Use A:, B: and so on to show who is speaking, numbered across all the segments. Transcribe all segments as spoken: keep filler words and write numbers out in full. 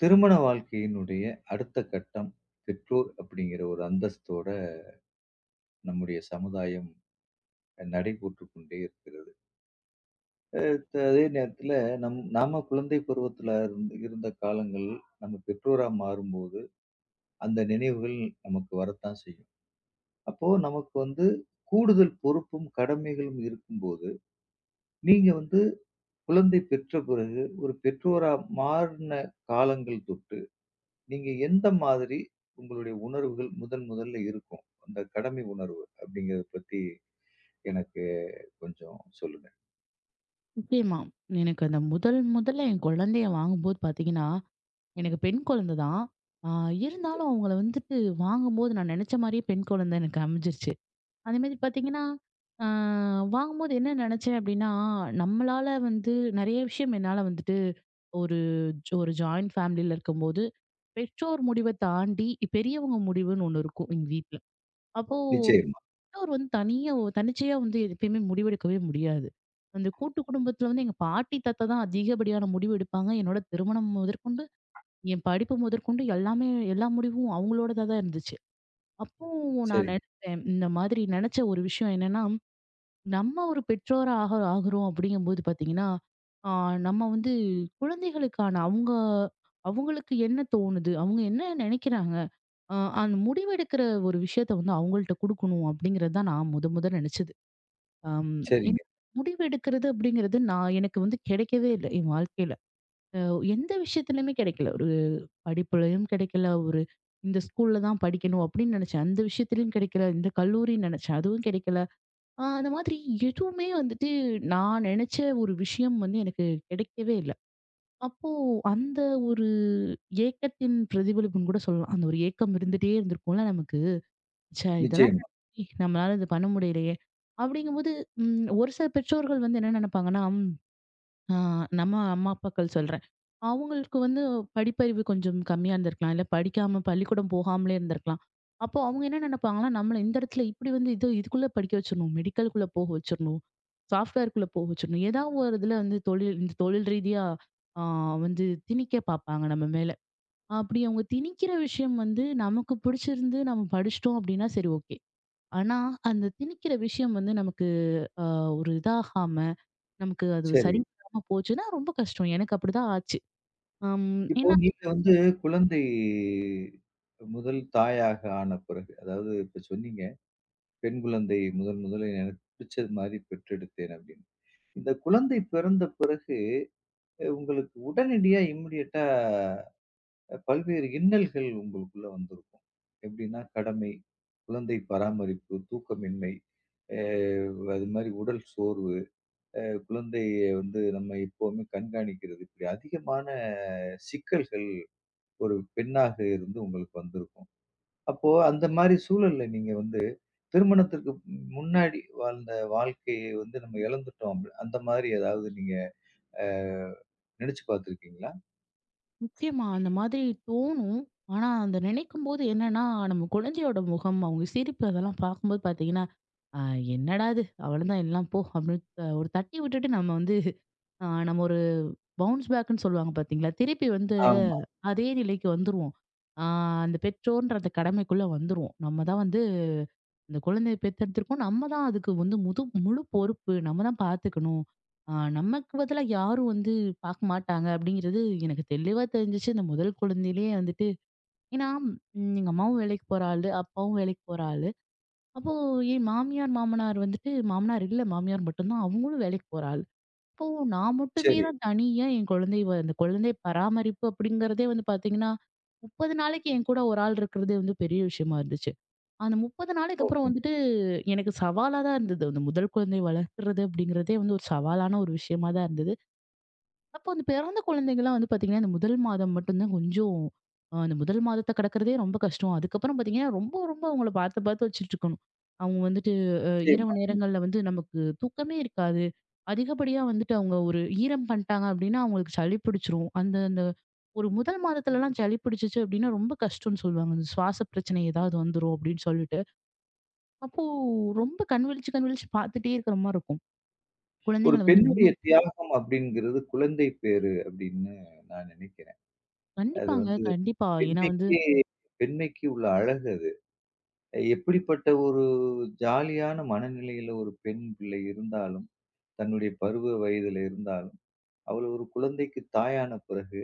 A: திருமண வாழ்க்கையினுடைய அடுத்த கட்டம், பெற்றோர் அப்படிங்கிற ஒரு அந்தஸ்தோட நம்முடைய சமுதாயம் நடைபோட்டு கொண்டே இருக்கிறது. அஹ் த- அதே நேரத்துல, நம் நாம குழந்தை பருவத்துல இருந்து- இருந்த காலங்கள், நம்ம பெற்றோரா மாறும்போது அந்த நினைவுகள் நமக்கு வரத்தான் செய்யும். அப்போ நமக்கு வந்து கூடுதல் பொறுப்பும் கடமைகளும் இருக்கும்போது, நீங்க வந்து குழந்தை பெற்ற பிறகு ஒரு பெற்றோரா மாறின காலங்கள் தொட்டு, நீங்க எந்த மாதிரி உங்களுடைய உணர்வுகள் முதன் முதல்ல இருக்கும்? அந்த கடமை உணர்வு அப்படிங்கிறத பத்தி எனக்கு கொஞ்சம் சொல்லுங்க.
B: நிச்சயமா. எனக்கு அந்த முதல் முதல்ல என் குழந்தைய வாங்கும்போது பார்த்தீங்கன்னா, எனக்கு பெண் குழந்தை தான். ஆ
A: சரி.
B: இருந்தாலும் அவங்கள வந்துட்டு வாங்கும்போது நான் நெனச்ச மாரியே பெண் குழந்தை எனக்கு அமைஞ்சிருச்சு. அதேமாரி பார்த்தீங்கன்னா, ஆ வாங்கும்போது என்ன நெனச்சேன் அப்டின்னா, நம்மளால வந்து நெறைய விஷயம் என்னால வந்துட்டு ஒரு ஜ- ஒரு ஜாயிண்ட் ஃபேமிலில இருக்கும்போது, பெற்றோர் முடிவ தாண்டி பெரியவங்க முடிவுன்னு ஒண்ணு இருக்கும் எங்க வீட்ல. அப்போ
A: நிச்சயமா.
B: பெற்றோர் வந்து தனியா ஒ தனிச்சையா வந்து எப்பயுமே முடிவெடுக்கவே முடியாது. அந்த கூட்டு குடும்பத்துல வந்து எங்க பாட்டி, தாத்தா தான் அதிகப்படியான முடிவு எடுப்பாங்க. என்னோட திருமணம் முதற்கொண்டு, என் படிப்பு முதற்கொண்டு எல்லாமே எல்லா முடிவும் அவங்களோடதா தான் இருந்துச்சு. அப்போ நான்
A: சரிங்க,
B: நினைச்சேன், இந்த மாதிரி நினைச்ச ஒரு விஷயம் என்னன்னா, நம்ம ஒரு பெற்றோரா ஆக ஆகுறோம் அப்படிங்கும்போது பார்த்தீங்கன்னா, ஆ நம்ம வந்து குழந்தைகளுக்கான அவங்க அவங்களுக்கு என்ன தோணுது? அவங்க என்ன நினைக்கிறாங்க? அ அந்த முடிவெடுக்கிற ஒரு விஷயத்த வந்து அவங்கள்ட்ட குடுக்கணும் அப்படிங்கிறது தான் நான் முத முத நினைச்சது. அம்
A: சரிங்க.
B: எனக்கு முடிவு எடுக்கிறது அப்படிங்கிறது நான் எனக்கு வந்து கிடைக்கவே இல்ல என் வாழ்க்கையில. அ எந்த விஷயத்துலயுமே கிடைக்கல. ஒரு படிப்புலயும் கிடைக்கல. ஒரு இந்த ஸ்கூல்ல தான் படிக்கணும் அப்படின்னு நினைச்சேன். அந்த விஷயத்துலயும் கிடைக்கல. இந்த கல்லூரின்னு நினைச்சேன். அதுவும் கிடைக்கல. அ அந்த மாதிரி எதுவுமே வந்துட்டு நான் நினைச்ச ஒரு விஷயம் வந்து எனக்கு கிடைக்கவே இல்ல. அப்போ அந்த ஒரு ஏக்கத்தின் பிரதிபலிப்புன்னு கூட சொல்லலாம். அந்த ஒரு ஏக்கம் இருந்துட்டே இருந்திருக்கும்ல நமக்கு. ச்சே! இதெல்லாம்
A: நிச்சயமா.
B: நடந்துச்சு, நம்மளால இது பண்ண முடியலையே! அப்படிங்கும்போது ம் ஒரு சில பெற்றோர்கள் வந்து என்ன நினைப்பாங்கன்னா, ம் ஆ நம்ம அம்மா அப்பாக்கள் சொல்றேன். அவங்களுக்கு வந்து படிப்பறிவு கொஞ்சம் கம்மியா இருந்திருக்கலாம். இல்ல படிக்காம பள்ளிக்கூடம் போகாமலே இருந்திருக்கலாம். அப்போ அவங்க என்ன நினைப்பாங்கன்னா, நம்மள இந்த இடத்துல இப்படி வந்து இது இதுக்குள்ள படிக்க வச்சிரணும். மெடிக்கலுக்குள்ள போக வச்சிரணும். சாஃப்ட்வேர்க்குள்ள போக வச்சிரணும். ஏதாவது ஒரு இதுல வந்து தொழில் இந்த தொழில் ரீதியா ஆ வந்து திணிக்க பார்ப்பாங்க நம்ம மேல. அப்படி அவங்க திணிக்கிற விஷயம் வந்து நமக்கு பிடிச்சிருந்து நம்ம படிச்சிட்டோம் அப்படின்னா சரி ஓகே. ஆனா, அந்த திணிக்கிற விஷயம் வந்து நமக்கு அ ஒரு இதாகாம, நமக்கு அது
A: சரி.
B: சரி வராம போச்சுன்னா ரொம்ப கஷ்டம். எனக்கு அப்படிதான் ஆச்சு. அம்
A: இப்போ
B: ஏன்னா
A: நீங்க வந்து குழந்தை முதல் தாயாக ஆன பிறகு, அதாவது இப்ப சொன்னீங்க, பெண் குழந்தை முதன் முதல்ல எனக்கு பிடிச்சது மாரி பெற்றெடுத்தேன் அப்படின்னு. இந்த குழந்தை பிறந்த பிறகு உங்களுக்கு உடனடியா இமிடியட்டா அ பல்வேறு இன்னல்கள் உங்களுக்குள்ள வந்திருக்கும். எப்படின்னா, கடமை, குழந்தை பராமரிப்பு, தூக்கமின்மை, அ அது மாரி உடல் சோர்வு, அ குழந்தைய வந்து நம்ம எப்பவுமே கண்காணிக்கிறது. இப்படி அதிகமான சிக்கல்கள் ஒரு பெண்ணாக இருந்து உங்களுக்கு வந்திருக்கும். அப்போ அந்த மாரி சூழல்ல நீங்க வந்து திருமணத்திற்கு முன்னாடி வாழ்ந்த வாழ்க்கையை வந்து நம்ம இழந்துட்டோம். அப்படி அந்த மாரி ஏதாவது நீங்க அ நெனச்சு பார்த்துருக்கீங்களா?
B: நிச்சயமா அந்த மாதிரி தோணும். ஆனா, அந்த நினைக்கும்போது என்னன்னா, நம்ம குழந்தையோட முகம், அவங்க சிரிப்பு அதெல்லாம் பார்க்கும்போது பார்த்தீங்கன்னா, "அ என்னடா இது! அவ்வளதான் எல்லாம் போ" அப்படின்னு த- ஒரு தட்டி விட்டுட்டு நம்ம வந்து ஆ நம்ம ஒரு பவுன்ஸ் பேக்குன்னு சொல்லுவாங்க பார்த்தீங்களா? திருப்பி வந்து
A: ஆமா.
B: அதே நிலைக்கு வந்துருவோம். ஆ அந்த பெற்றோர்ன்ற அந்த கடமைக்குள்ள வந்துருவோம். நம்ம தான் வந்து அந்த குழந்தைய பெத்தெடுத்துருக்கோம். நம்ம தான் அதுக்கு வந்து முது முழு பொறுப்பு. நம்ம தான் பார்த்துக்கணும். ஆ நமக்கு பதிலா யாரும் வந்து பார்க்க மாட்டாங்க அப்படிங்கிறது எனக்கு தெளிவா தெரிஞ்சுச்சு. இந்த முதல் குழந்தையிலேயே வந்துட்டு ஏன்னா, ம் எங்க அம்மாவும் வேலைக்கு போற ஆளு, அப்பாவும் வேலைக்கு போற ஆளு. அப்போ என் மாமியார், மாமனார் வந்துட்டு மாமனார் இல்ல மாமியார் மட்டும் தான். அவங்களும் வேலைக்கு போற ஆள். அப்போ நான் மட்டுமே
A: சரி.
B: தான் தனியா என் குழந்தை வ அந்த குழந்தை பராமரிப்பு அப்படிங்கிறதே வந்து பார்த்தீங்கன்னா, முப்பது நாளைக்கு என் கூட ஒரு ஆள் இருக்கிறதே வந்து பெரிய விஷயமா இருந்துச்சு. அந்த முப்பது நாளைக்கு அப்புறம்
A: ஓஹோ!
B: வந்துட்டு எனக்கு சவாலா தான் இருந்தது. அந்த முதல் குழந்தையை வளர்க்கிறது அப்படிங்கிறதே வந்து ஒரு சவாலான ஒரு விஷயமா தான் இருந்தது. அப்போ அந்த பிறந்த குழந்தைங்கலாம் வந்து பார்த்தீங்கன்னா, இந்த முதல் மாதம் மட்டும் தான் கொஞ்சம் அ அந்த முதல் மாதத்த கடக்கிறதே ரொம்ப கஷ்டம். அதுக்கப்புறம் பார்த்தீங்கன்னா, ரொம்ப ரொம்ப அவங்கள பார்த்து பார்த்து வச்சுட்டுருக்கணும். அவங்க வந்துட்டு அ இரவு
A: நிச்சயமா.
B: நேரங்கள்ல வந்து நமக்கு தூக்கமே இருக்காது. அதிகப்படியா வந்துட்டு அவங்க ஒரு ஈரம் பண்ணிட்டாங்க அப்டின்னா, அவங்களுக்கு சளி பிடிச்சிரும். அந்த அந்த ஒரு முதல் மாதத்துலலாம் சளி பிடிச்சிச்சு அப்டின்னா, ரொம்ப கஷ்டம்னு சொல்லுவாங்க. இந்த சுவாச பிரச்சனை ஏதாவது வந்துரும் அப்டின்னு சொல்லிட்டு. அப்போ ரொம்ப கண் விழிச்சு கண் விழிச்சு பார்த்துட்டே இருக்கிற மாரி இருக்கும்.
A: ஒரு
B: குழந்தைங்கள வந்து
A: பெண்ணுடைய
B: ரொம்ப
A: தியாகம் அப்படிங்கிறது குழந்தை பேறு அப்படின்னு நான் நினைக்கிறேன். அது
B: கண்டிப்பாங்க,
A: வந்து
B: கண்டிப்பா. ஏன்னா வந்து
A: பெண்மைக்கே பெண்மைக்கு உள்ள அழகு அது. எப்படிப்பட்ட ஒரு ஜாலியான மனநிலையில ஒரு பெண் பிள்ளை இருந்தாலும், தன்னுடைய பருவ வயதில இருந்தாலும், அவள் ஒரு குழந்தைக்கு தாயான பிறகு,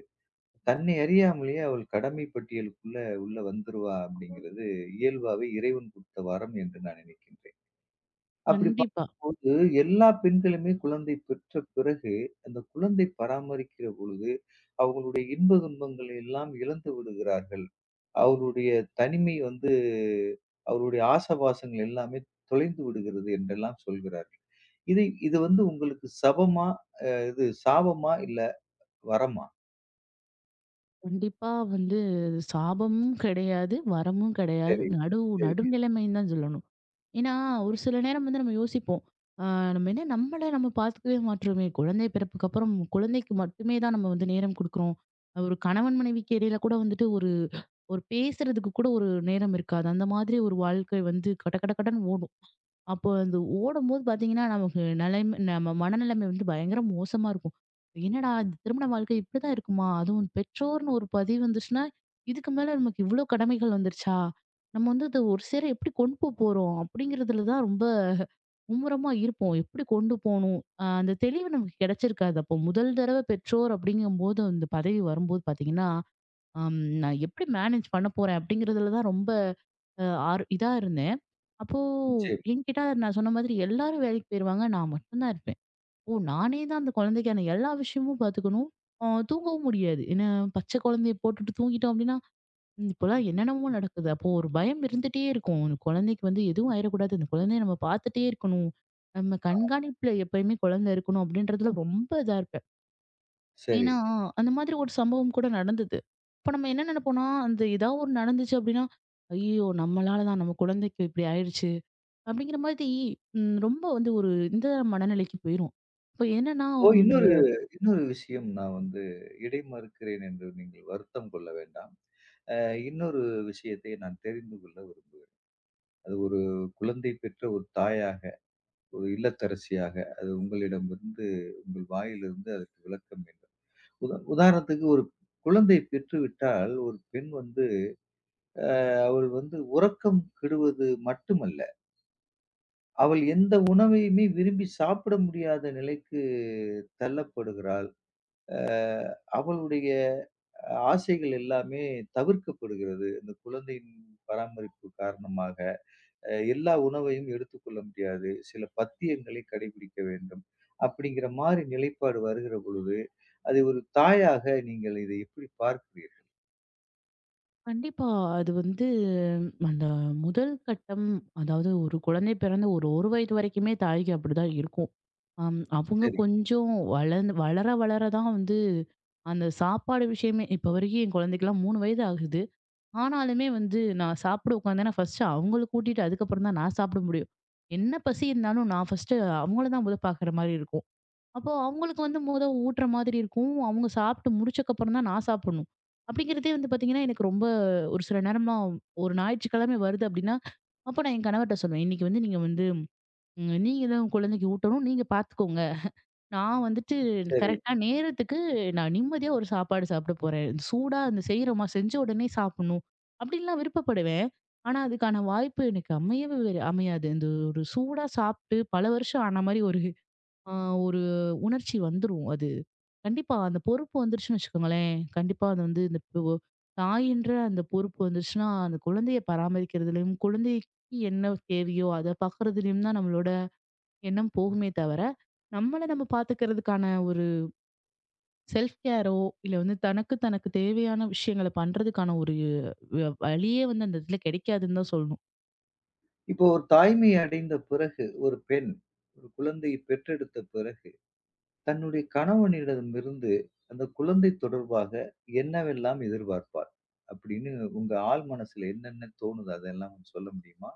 A: தன்னை அறியாமலேயே அவள் கடமை பட்டியலுக்குள்ள உள்ள வந்துருவா அப்படிங்கிறது இயல்பாவே இறைவன் குடுத்த வரம் என்று நான் நினைக்கின்றேன். அப்படி
B: கண்டிப்பா.
A: பார்க்கும்போது எல்லா பெண்களுமே குழந்தை பெற்ற பிறகு, அந்த குழந்தை பராமரிக்கிற பொழுது, அவங்களுடைய இன்ப துன்பங்களை எல்லாம் இழந்து விடுகிறார்கள். அவருடைய தனிமை வந்து அவருடைய ஆசபாசங்கள் எல்லாமே தொலைந்து விடுகிறது என்றெல்லாம் சொல்கிறார்கள். இதை இது வந்து உங்களுக்கு சபமா, இது சாபமா? இல்ல வரமா?
B: கண்டிப்பா வந்து அது சாபமும் கிடையாது, வரமும் கிடையாது.
A: சரி,
B: நடு
A: சரிங்க.
B: நடுநிலைமைன்னு தான் சொல்லணும். ஏன்னா, ஒரு சில நேரம் வந்து நம்ம யோசிப்போம். ஆ நம்ம என்ன நம்மள நம்ம பார்த்துக்கவே மாட்றோமே! குழந்தை பிறப்புக்கு அப்புறம் குழந்தைக்கு மட்டுமே தான் நம்ம வந்து நேரம் குடுக்குறோம். ஒரு கணவன் மனைவிக்கு இடையில கூட வந்துட்டு ஒரு ஒரு பேசுறதுக்கு கூட ஒரு நேரம் இருக்காது. அந்த மாதிரி ஒரு வாழ்க்கை வந்து கட கட கடன்னு ஓடும். அப்போ அந்த ஓடும்போது பார்த்தீங்கன்னா, நமக்கு நிலைமை நம்ம மனநிலைமை வந்து பயங்கர மோசமா இருக்கும். என்னடா! இந்த திருமண வாழ்க்கை இப்படிதான் இருக்குமா? அதுவும் பெற்றோர்னு ஒரு பதிவு வந்துச்சுன்னா, இதுக்கு மேல நமக்கு இவ்ளோ கடமைகள் வந்துருச்சா? நம்ம வந்து அத ஒரு சேர எப்படி கொண்டு போ போறோம்? அப்படிங்கிறதுல தான் ரொம்ப மும்முரமா இருப்போம். எப்படி கொண்டு போணும்? அ அந்த தெளிவு நமக்கு கிடைச்சிருக்காது. அப்போ முதல் தடவ பெற்றோர் அப்படிங்கும்போது, அந்த பதவி வரும்போது பார்த்தீங்கன்னா, அம் நான் எப்படி மேனேஜ் பண்ண போறேன்? அப்படிங்கிறதுல தான் ரொம்ப அ ஆர் இதா இருந்தேன். அப்போ
A: நிச்சயம்.
B: என்கிட்ட நான் சொன்ன மாதிரி எல்லாரும் வேலைக்கு போயிருவாங்க. நான் மட்டும் தான் இருப்பேன். ஓ! நானே தான் அந்த குழந்தைக்கான எல்லா விஷயமும் பார்த்துக்கணும். அ தூங்கவும் முடியாது. ஏன்னா, பச்சை குழந்தைய போட்டுட்டு தூங்கிட்டோம் அப்டின்னா, ம் இப்போலாம் என்னென்னமோ நடக்குது. அப்போ ஒரு பயம் இருந்துட்டே இருக்கும். அந்த குழந்தைக்கு வந்து எதுவும் ஆயிறக்கூடாது. அந்த குழந்தைய நம்ம பார்த்துட்டே இருக்கணும். நம்ம கண்காணிப்புல எப்பயுமே குழந்தை இருக்கணும் அப்டின்றதுல ரொம்ப இதா இருப்பேன்.
A: சரி.
B: ஏன்னா, அந்த மாதிரி ஒரு சம்பவம் கூட நடந்தது. அப்ப நம்ம என்ன நெனப்போம்னா, அந்த ஏதாவது ஒண்ணு நடந்துச்சு அப்டின்னா, "ஐயய்யோ! நம்மளால தான் நம்ம குழந்தைக்கு இப்டி ஆயிடுச்சு." அப்டிங்கிற மாதிரி ம் ரொம்ப வந்து ஒரு இந்த மனநிலைக்கு போயிரும். இப்ப என்னன்னா,
A: இப்போ
B: இந்த
A: இன்னொரு இன்னொரு விஷயம் நான் வந்து இடைமறுக்கிறேன் என்று நீங்கள் வருத்தம் கொள்ள வேண்டாம். அ இன்னொரு விஷயத்தை நான் தெரிந்து கொள்ள விரும்புகிறேன். அது ஒரு குழந்தை பெற்ற ஒரு தாயாக, ஒரு இல்லத்தரசியாக அது உங்களிடமிருந்து உங்கள் வாயிலிருந்து அதற்கு விளக்கம் வேண்டும். உதா உதாரணத்துக்கு ஒரு குழந்தை பெற்றுவிட்டால், ஒரு பெண் வந்து அவள் வந்து உறக்கம் கெடுவது மட்டுமல்ல, அவள் எந்த உணவையுமே விரும்பி சாப்பிட முடியாத நிலைக்கு தள்ளப்படுகிறாள். அ அவளுடைய ஆசைகள் எல்லாமே தவிர்க்கப்படுகிறது இந்த குழந்தையின் பராமரிப்பு காரணமாக. அஹ் எல்லா உணவையும் எடுத்துக்கொள்ள முடியாது. சில பத்தியங்களை கடைபிடிக்க வேண்டும். அப்படிங்கிற மாரி நிலைப்பாடு வருகிற பொழுது, அது ஒரு தாயாக நீங்கள் இதை எப்படி பார்க்கிறீர்கள்?
B: கண்டிப்பா அது வந்து அந்த முதல் கட்டம் அதாவது ஒரு குழந்தை பிறந்து ஒரு 1 வயது வரைக்குமே தாய்க்கு அப்டிதான் இருக்கும். அம் அவங்க
A: சரி,
B: கொஞ்சம் வளர்ந்து வளர வளர தான் வந்து அந்த சாப்பாடு விஷயமே இப்ப வரைக்கும் என் குழந்தைக்குலாம் மூணு வயது ஆகுது. ஆனாலுமே வந்து நான் சாப்பிட உட்காந்தேன்னா, ஃபர்ஸ்ட்டு அவங்கள கூட்டிட்டு அதுக்கப்புறம் தான் நான் சாப்பிட முடியும். என்ன பசி இருந்தாலும் நான் ஃபர்ஸ்ட்டு அவங்கள தான் மொத பாக்குற மாரி இருக்கும். அப்போ அவங்களுக்கு வந்து மொத ஊட்டுற மாதிரி இருக்கும். அவங்க சாப்பிட்டு முடிச்சக்கப்புறம் தான் நான் சாப்பிடணும். அப்படிங்கிறதே வந்து பாத்தீங்கன்னா, எனக்கு ரொம்ப ஒரு சில நேரம்லாம் ஒரு ஞாயிற்றுக்கிழமை வருது அப்படின்னா, அப்ப நான் என் கணவர்ட்ட சொல்லுவேன். "இன்னைக்கு வந்து நீங்க வந்து ம் நீங்க தான் உங்க குழந்தைக்கு ஊட்டணும். நீங்க பாத்துக்கோங்க." நான் வந்துட்டு
A: சரி.
B: கரெக்ட்டா நேரத்துக்கு நான் நிம்மதியா ஒரு சாப்பாடு சாப்பிட போறேன். இந்த சூடா அந்த செய்றோமா, செஞ்ச உடனே சாப்பிடணும். அப்படின்லாம் விருப்பப்படுவேன். ஆனா, அதுக்கான வாய்ப்பு எனக்கு அமையவே வரு அமையாது. இந்த ஒரு சூடா சாப்பிட்டு பல வருஷம் ஆன மாரி ஒரு அ ஒரு உணர்ச்சி வந்துரும் அது. கண்டிப்பா அந்த பொறுப்பு வந்துருச்சுன்னு வச்சுக்கோங்களேன். கண்டிப்பா அது வந்து இந்த பு- ஒ தாயின்ற அந்த பொறுப்பு வந்துருச்சுன்னா, அந்த குழந்தைய பராமரிக்கிறதுலயும், குழந்தைக்கு என்ன தேவையோ அத பாக்குறதுலயும் தான் நம்மளோட எண்ணம் போகுமே தவிர, நம்மள நம்ம பார்த்துக்கிறதுக்கான ஒரு செல்ஃப் கேரோ, இல்ல வந்து தனக்கு தனக்கு தேவையான விஷயங்கள பண்றதுக்கான ஒரு வ வழியே வந்து அந்த இடத்துல கிடைக்காதுன்னு தான் சொல்லணும்.
A: இப்போ ஒரு தாய்மை அடைந்த பிறகு, ஒரு பெண் ஒரு குழந்தையை பெற்றெடுத்த பிறகு, தன்னுடைய கணவனிடமிருந்து அந்த குழந்தை தொடர்பாக என்னவெல்லாம் எதிர்பார்ப்பார்? அப்படின்னு உங்க ஆழ் மனசுல என்னென்ன தோணுது? அதெல்லாம் கொஞ்சம் சொல்ல முடியுமா?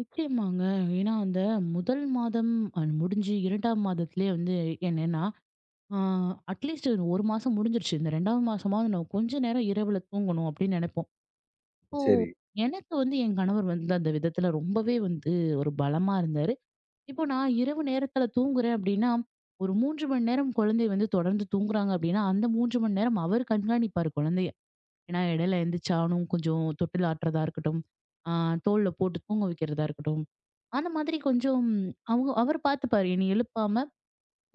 B: நிச்சயமாங்க. ஏன்னா அந்த முதல் மாதம் அ முடிஞ்சு இரண்டாம் மாதத்திலேயே வந்து என்னன்னா, ஆ அட்லீஸ்ட் ஒரு மாசம் முடிஞ்சிருச்சு. இந்த ரெண்டாவது மாசமாவது நம்ம கொஞ்ச நேரம் இரவுல தூங்கணும் அப்படின்னு நெனைப்போம். இப்போ
A: சரி.
B: எனக்கு வந்து என் கணவர் வந்து அந்த விதத்துல ரொம்பவே வந்து ஒரு பலமா இருந்தாரு. இப்போ நான் இரவு நேரத்துல தூங்குறேன் அப்படின்னா, ஒரு மூன்று மணி நேரம் குழந்தை வந்து தொடர்ந்து தூங்குறாங்க அப்படின்னா, அந்த மூன்று மணி நேரம் அவர் கண்காணிப்பாரு குழந்தைய. ஏன்னா இடையில எந்திரிச்சானும் கொஞ்சம் தொட்டில் ஆட்டுறதா இருக்கட்டும், ஆ தோள்ல போட்டு தூங்க வைக்கிறதா இருக்கட்டும், அந்த மாதிரி கொஞ்சம் அவங்க அவர் பார்த்துப்பாரு. என்னைய எழுப்பாம,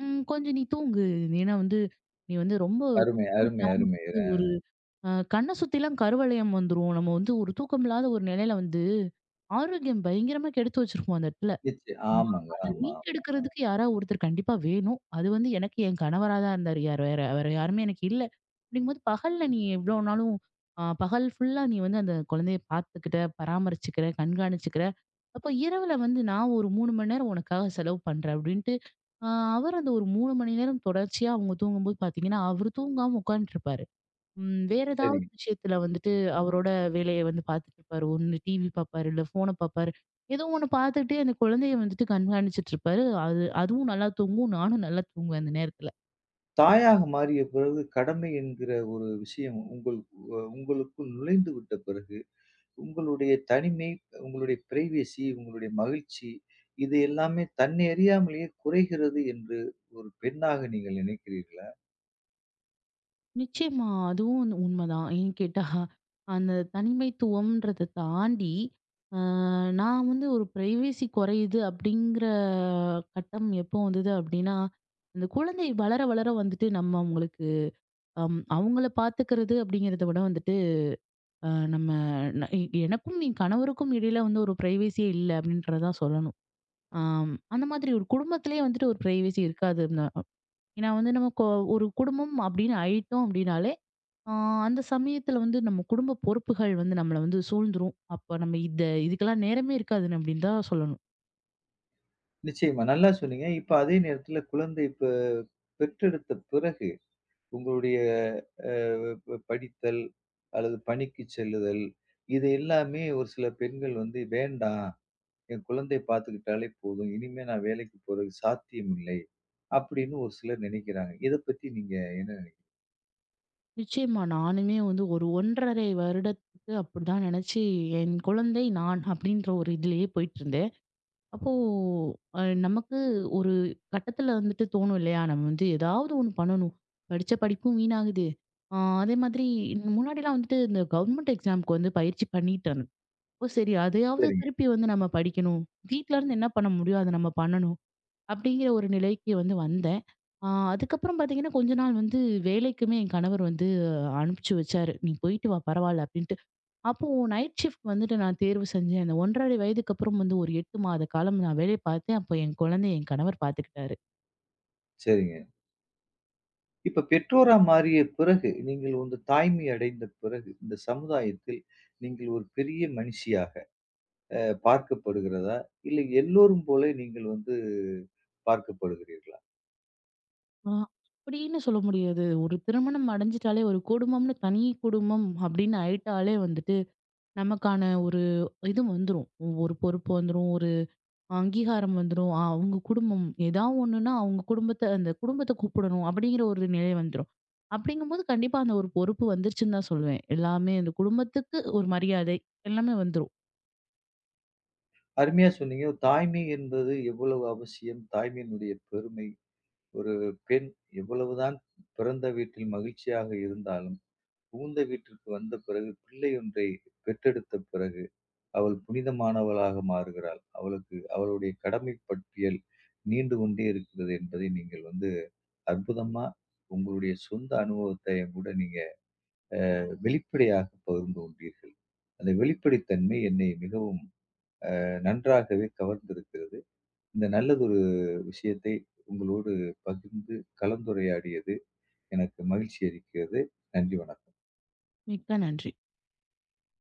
B: "ம் கொஞ்சம் நீ தூங்கு. ஏன்னா வந்து நீ வந்து ரொம்ப
A: அருமை,
B: தூக்கம்
A: அருமை,
B: இல்லாம
A: அருமை.
B: வந்து ஒரு அ கண்ண சுத்திலாம் கருவளையம் வந்துரும். நம்ம வந்து ஒரு தூக்கம் இல்லாத ஒரு நிலையில வந்து ஆரோக்கியம் பயங்கரமா கெடுத்து வச்சிருக்கோம் அந்த இடத்துல."
A: நிச்சயம்.
B: ஆ
A: ஆமாங்க.
B: அத
A: ஆமா, ஆமா. ஆ.
B: மீட்டெடுக்கிறதுக்கு யாரா ஒருத்தர் கண்டிப்பா வேணும். அது வந்து எனக்கு என் கணவரா தான் இருந்தாரு. யார் வேற வேற யாருமே எனக்கு இல்ல. அப்படிங்கும்போது பகல்ல நீ எவ்வளோ நாளும் அ பகல் ஃபுல்லா நீ வந்து அந்த குழந்தைய பார்த்துக்கிட்ட, பராமரிச்சுக்கிற, கண்காணிச்சுக்கிற. அப்ப இரவுல வந்து நான் ஒரு மூணு மணி நேரம் உனக்காக செலவு பண்றேன் அப்படின்ட்டு, அ அவர் அந்த ஒரு மூணு மணி நேரம் தொடர்ச்சியா அவங்க தூங்கும்போது பார்த்தீங்கன்னா, அவரு தூங்காம உட்காந்துட்டுருப்பாரு. ம். வேற ஏதாவது
A: சரிங்க.
B: விஷயத்துல வந்துட்டு அவரோட வேலைய வந்து பார்த்துட்டு இருப்பாரு. ஒண்ணு டிவி பார்ப்பாரு, இல்ல ஃபோன பார்ப்பாரு. ஏதோ ஒண்ணு பார்த்துக்கிட்டே அந்த குழந்தைய வந்துட்டு கண்காணிச்சிட்டு இருப்பாரு. அது அதுவும் நல்லா தூங்கும். நானும் நல்லா தூங்குவேன் அந்த நேரத்துல.
A: தாயாக மாறிய பிறகு கடமை என்கிற ஒரு விஷயம் உங்கள் அ உங்களுக்குள் நுழைந்து விட்ட பிறகு, உங்களுடைய தனிமை, உங்களுடைய பிரைவசி, உங்களுடைய மகிழ்ச்சி இது எல்லாமே தன்னை அறியாமலேயே குறைகிறது என்று ஒரு பெண்ணாக நீங்கள் நினைக்கிறீர்களா?
B: நிச்சயமா. அதுவும் வந்து உண்மதான். ஏன்னு கேட்டா, அந்த தனிமைத்துவம்ன்றத தாண்டி, அ நான் வந்து ஒரு பிரைவசி குறையுது அப்படிங்கிற கட்டம் எப்போ வந்தது அப்படின்னா, அந்த குழந்தை வளர வளர வந்துட்டு நம்ம அவங்களுக்கு அம் அவங்கள பார்த்துக்கிறது அப்படிங்கிறத விட வந்துட்டு அ நம்ம ந எ எனக்கும் என் கணவருக்கும் இடையில வந்து ஒரு பிரைவசியே இல்ல அப்படின்றத தான் சொல்லணும். ஆம். அந்த மாதிரி ஒரு குடும்பத்திலேயே வந்துட்டு ஒரு பிரைவசி இருக்காது. ந ஏன்னா வந்து நம்ம கொ ஒரு குடும்பம் அப்படின்னு ஆயிட்டோம் அப்படின்னாலே, ஆ அந்த சமயத்துல வந்து நம்ம குடும்ப பொறுப்புகள் வந்து நம்மள வந்து சூழ்ந்துரும். அப்ப நம்ம இத இதுக்கெல்லாம் நேரமே இருக்காது அப்படின்னு தான் சொல்லணும்.
A: நிச்சயமா. நல்லா சொன்னீங்க. இப்ப அதே நேரத்தில குழந்தை பெ பெற்றெடுத்த பிறகு உங்களுடைய அ ப படித்தல் அல்லது பணிக்குச் செல்லுதல், இது எல்லாமே ஒரு சில பெண்கள் வந்து வேண்டாம். என் குழந்தை பார்த்துக்கிட்டாலே போதும். இனிமே நான் வேலைக்கு போறது சாத்தியமில்லை. அப்படின்னு ஒரு சிலர் நினைக்கிறாங்க. இத பத்தி நீங்க என்ன நினை
B: நிச்சயமா நானுமே வந்து ஒரு ஒன்றரை வருடத்துக்கு அப்படிதான் நினைச்சு, என் குழந்தை நான் அப்படின்ற ஒரு இதுலயே போயிட்டுருந்தேன். அப்போ அ நமக்கு ஒரு கட்டத்துல வந்துட்டு தோணும் இல்லையா? நம்ம வந்து ஏதாவது ஒண்ணு பண்ணணும். படிச்ச படிப்பும் வீணாகுது. ஆ அதே மாதிரி முன்னாடிலாம் வந்துட்டு இந்த கவர்மெண்ட் எக்ஸாம்க்கு வந்து பயிற்சி பண்ணிட்டாங்க. அப்போ சரி அதையாவது
A: சரிங்க,
B: திருப்பி வந்து நம்ம படிக்கணும். வீட்ல இருந்து என்ன பண்ண முடியும்? அத நம்ம பண்ணணும். அப்படிங்கிற ஒரு நிலைக்கு வந்து வந்தேன். ஆ அதுக்கப்புறம் பார்த்தீங்கன்னா, கொஞ்ச நாள் வந்து வேலைக்குமே என் கணவர் வந்து அனுப்பிச்சு வச்சாரு. "நீ போயிட்டு வா பரவால்ல" அப்படின்ட்டு. அப்போ நைட் ஷிஃப்ட் வந்துட்டு நான் தேர்வு செஞ்சேன். அந்த ஒன்றரை வயதுக்கு அப்புறம் வந்து ஒரு எட்டு மாத காலம் நான் வேலை பார்த்தேன். அப்போ என் குழந்தைய என் கணவர் பார்த்துக்கிட்டாரு.
A: சரிங்க. இப்ப பெற்றோரா மாறிய பிறகு, நீங்கள் வந்து தாய்மை அடைந்த பிறகு, இந்த சமுதாயத்தில் நீங்கள் ஒரு பெரிய மனுஷியாக அ பார்க்கப்படுகிறதா? இல்லை எல்லோரும் போல நீங்கள் வந்து பார்க்கப்படுகிறீர்களா?
B: ஆ அப்படின்னு சொல்ல முடியாது. ஒரு திருமணம் அடைஞ்சிட்டாலே ஒரு குடும்பம்னு தனி குடும்பம் அப்படின்னு ஆயிட்டாலே வந்துட்டு, நமக்கான ஒரு இது வந்துரும். ஒரு பொறுப்பு வந்துரும். ஒரு அங்கீகாரம் வந்துரும். ஆ அவங்க குடும்பம் ஏதா ஒண்ணுன்னா அவங்க குடும்பத்த அந்த குடும்பத்த கூப்பிடணும் அப்படிங்கிற ஒரு நிலை வந்துரும். அப்படிங்கும்போது கண்டிப்பா அந்த ஒரு பொறுப்பு வந்துருச்சுன்னு தான் சொல்லுவேன். எல்லாமே அந்த குடும்பத்துக்கு ஒரு மரியாதை எல்லாமே வந்துரும்.
A: அருமையா சொன்னீங்க. தாய்மை என்பது எவ்வளவு அவசியம்? தாய்மையினுடைய பெருமை. ஒரு பெண் எவ்வளவுதான் பிறந்த வீட்டில் மகிழ்ச்சியாக இருந்தாலும், புகுந்த வீட்டிற்கு வந்த பிறகு பிள்ளை ஒன்றை பெற்றெடுத்த பிறகு அவள் புனிதமானவளாக மாறுகிறாள். அவளுக்கு அவளுடைய கடமை பட்டியல் நீண்டு கொண்டே இருக்கிறது என்பதை நீங்கள் வந்து அற்புதமா உங்களுடைய சொந்த அனுபவத்தை என் கூட நீங்க வெளிப்படையாக பகிர்ந்து கொண்டீர்கள். அந்த வெளிப்படைத்தன்மை என்னை மிகவும் அ நன்றாகவே கவர்ந்திருக்கிறது. இந்த நல்லதொரு விஷயத்தை உங்களோடு பகிர்ந்து கலந்துரையாடியது எனக்கு மகிழ்ச்சி அளிக்கிறது. நன்றி வணக்கம்.
B: மிக்க நன்றி.